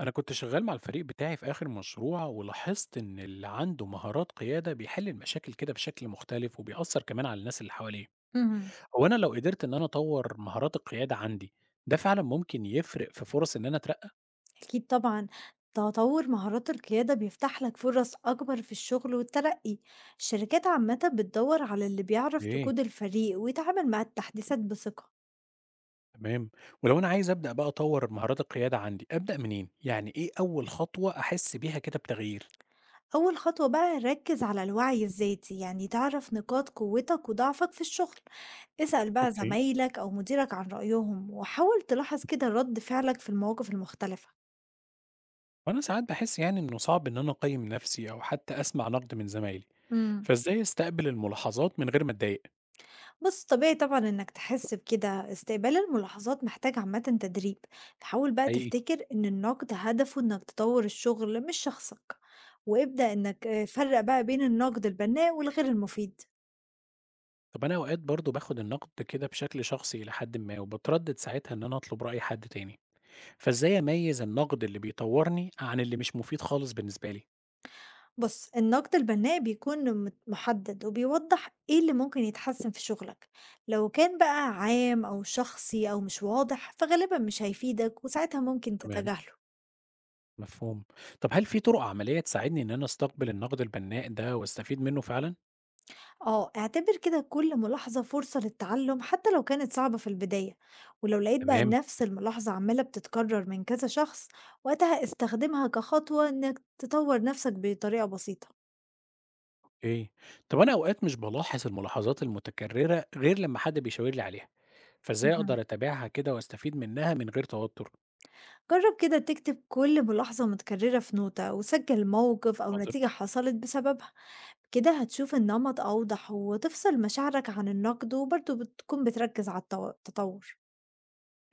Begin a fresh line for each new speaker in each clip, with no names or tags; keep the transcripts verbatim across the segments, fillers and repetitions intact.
أنا كنت شغال مع الفريق بتاعي في آخر مشروع ولاحظت إن اللي عنده مهارات قيادة بيحل المشاكل كده بشكل مختلف وبيأثر كمان على الناس اللي حواليه،
اهم.
هو أنا لو قدرت إن أنا أطور مهارات القيادة عندي ده فعلا ممكن يفرق في فرص إن أنا أترقى؟
أكيد طبعًا، تطوّر مهارات القيادة بيفتح لك فرص أكبر في الشغل والترقّي. الشركات عامةً بتدوّر على اللي بيعرف
إيه.
يقود الفريق ويتعامل مع التحديثات بثقة.
تمام، ولو أنا عايز أبدأ بقى أطور مهارات القيادة عندي أبدأ منين؟ يعني إيه أول خطوة أحس بيها كده بتغيير؟
أول خطوة بقى ركّز على الوعي الذاتي، يعني تعرف نقاط قوتك وضعفك في الشغل. اسأل بقى
أوكي.
زمايلك أو مديرك عن رأيهم، وحاول تلاحظ كده رَد فعلك في المواقف المختلفة.
وأنا ساعات بحس يعني إنه صعب إن أنا أقيم نفسي أو حتى أسمع نقد من زمايلي،
إمم.
فإزاي أستقبل الملاحظات من غير ما أتضايق؟
بُص، طبيعي طبعًا إنك تحس بكده، استقبال الملاحظات محتاج عامةً تدريب، فحاول بقى
حقيقي.
تفتكر إن النقد هدفه إنك تطور الشغل مش شخصك، وابدأ إنك آآ، فرّق بقى بين النقد البناء والغير المفيد.
طب أنا أوقات برضه باخد النقد كده بشكل شخصي إلى حد ما وباتردد ساعتها إن أنا أطلب رأي حد تاني، فإزاي أميز النقد اللي بيطورني عن اللي مش مفيد خالص بالنسبة لي؟
بُص، النقد البناء بيكون مت محدد وبيوضح إيه اللي ممكن يتحسن في شغلك، لو كان بقى عام أو شخصي أو مش واضح فغالبًا مش هيفيدك وساعتها ممكن
تمام،
تتجاهله.
مفهوم. طب هل في طرق عملية تساعدني إن أنا أستقبل النقد البناء ده وأستفيد منه فعلا؟
آه، اعتبر كده كل ملاحظة فرصة للتعلم حتى لو كانت صعبة في البداية. ولو لقيت بقى
تمام.
نفس الملاحظة عمالة بتتكرر من كذا شخص وقتها استخدمها كخطوة إنك تطور نفسك بطريقة بسيطة.
إيه؟ طب أنا أوقات مش بلاحظ الملاحظات المتكررة غير لما حد بيشاور لي عليها، فإزاي
مهم.
أقدر أتابعها كده وأستفيد منها من غير توتر؟
جرب كده تكتب كل ملاحظة متكررة في نوتة وسجل موقف أو
حاضر.
نتيجة حصلت بسببها. كده هتشوف النمط أوضح وتفصل مشاعرك عن النقد وبرضه بتكون بتركز على التو- التطور.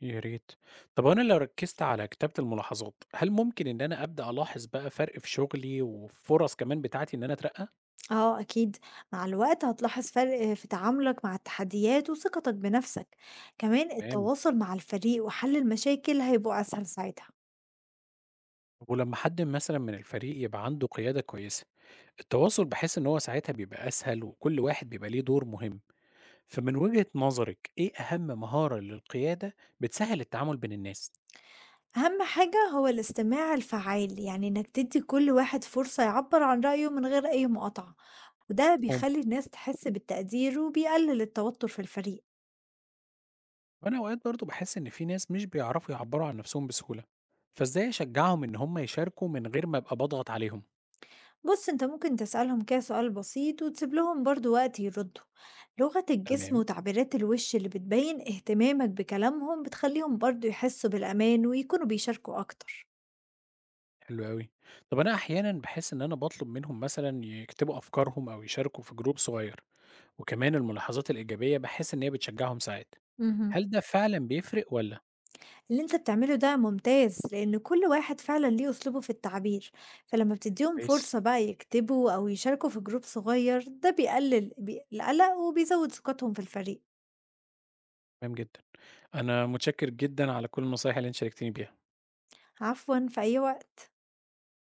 يا ريت. طب وانا لو ركزت على كتابة الملاحظات هل ممكن ان انا ابدا الاحظ بقى فرق في شغلي وفرص كمان بتاعتي ان انا اترقى؟
آه أكيد، مع الوقت هتلاحظ فرق في تعاملك مع التحديات وثقتك بنفسك. كمان
تمام.
التواصل مع الفريق وحل المشاكل هيبقوا أسهل ساعتها.
ولما حد مثلا من الفريق يبقى عنده قيادة كويسة التواصل بحس ان هو ساعتها بيبقى اسهل وكل واحد بيبقى ليه دور مهم، فمن وجهة نظرك ايه اهم مهارة للقيادة بتسهل التعامل بين الناس؟
أهم حاجة هو الاستماع الفعال، يعني إنك تدي كل واحد فرصة يعبر عن رأيه من غير أي مقاطعة، وده
هم.
بيخلي الناس تحس بالتقدير وبيقلل التوتر في الفريق.
وانا اوقات برضو بحس ان في ناس مش بيعرفوا يعبروا عن نفسهم بسهولة، فازاي اشجعهم ان هم يشاركوا من غير ما ابقى بضغط عليهم؟
بص، انت ممكن تسألهم كده سؤال بسيط وتسيب لهم برضو وقت يردوا. لغة الجسم
تمام،
وتعبيرات الوش اللي بتبين اهتمامك بكلامهم بتخليهم برضو يحسوا بالأمان ويكونوا بيشاركوا أكتر.
حلو أوي. طب أنا أحيانًا باحس إن أنا باطلب منهم مثلًا يكتبوا أفكارهم أو يشاركوا في جروب صغير، وكمان الملاحظات الإيجابية باحس إن هي بتشجعهم ساعات.
مهم.
هل ده فعلًا بيفرق والّا؟
اللي انت بتعمله ده ممتاز لأن كل واحد فعلا ليه أسلوبه في التعبير، فلما بتديهم
كويس.
فرصة بقى يكتبوا أو يشاركوا في جروب صغير ده بيقلل بي- القلق وبيزود ثقتهم في الفريق.
تمام جدًا. أنا متشكر جدًا على كل النصايح اللي أنت شاركتني بيها.
عفوا، في أي وقت.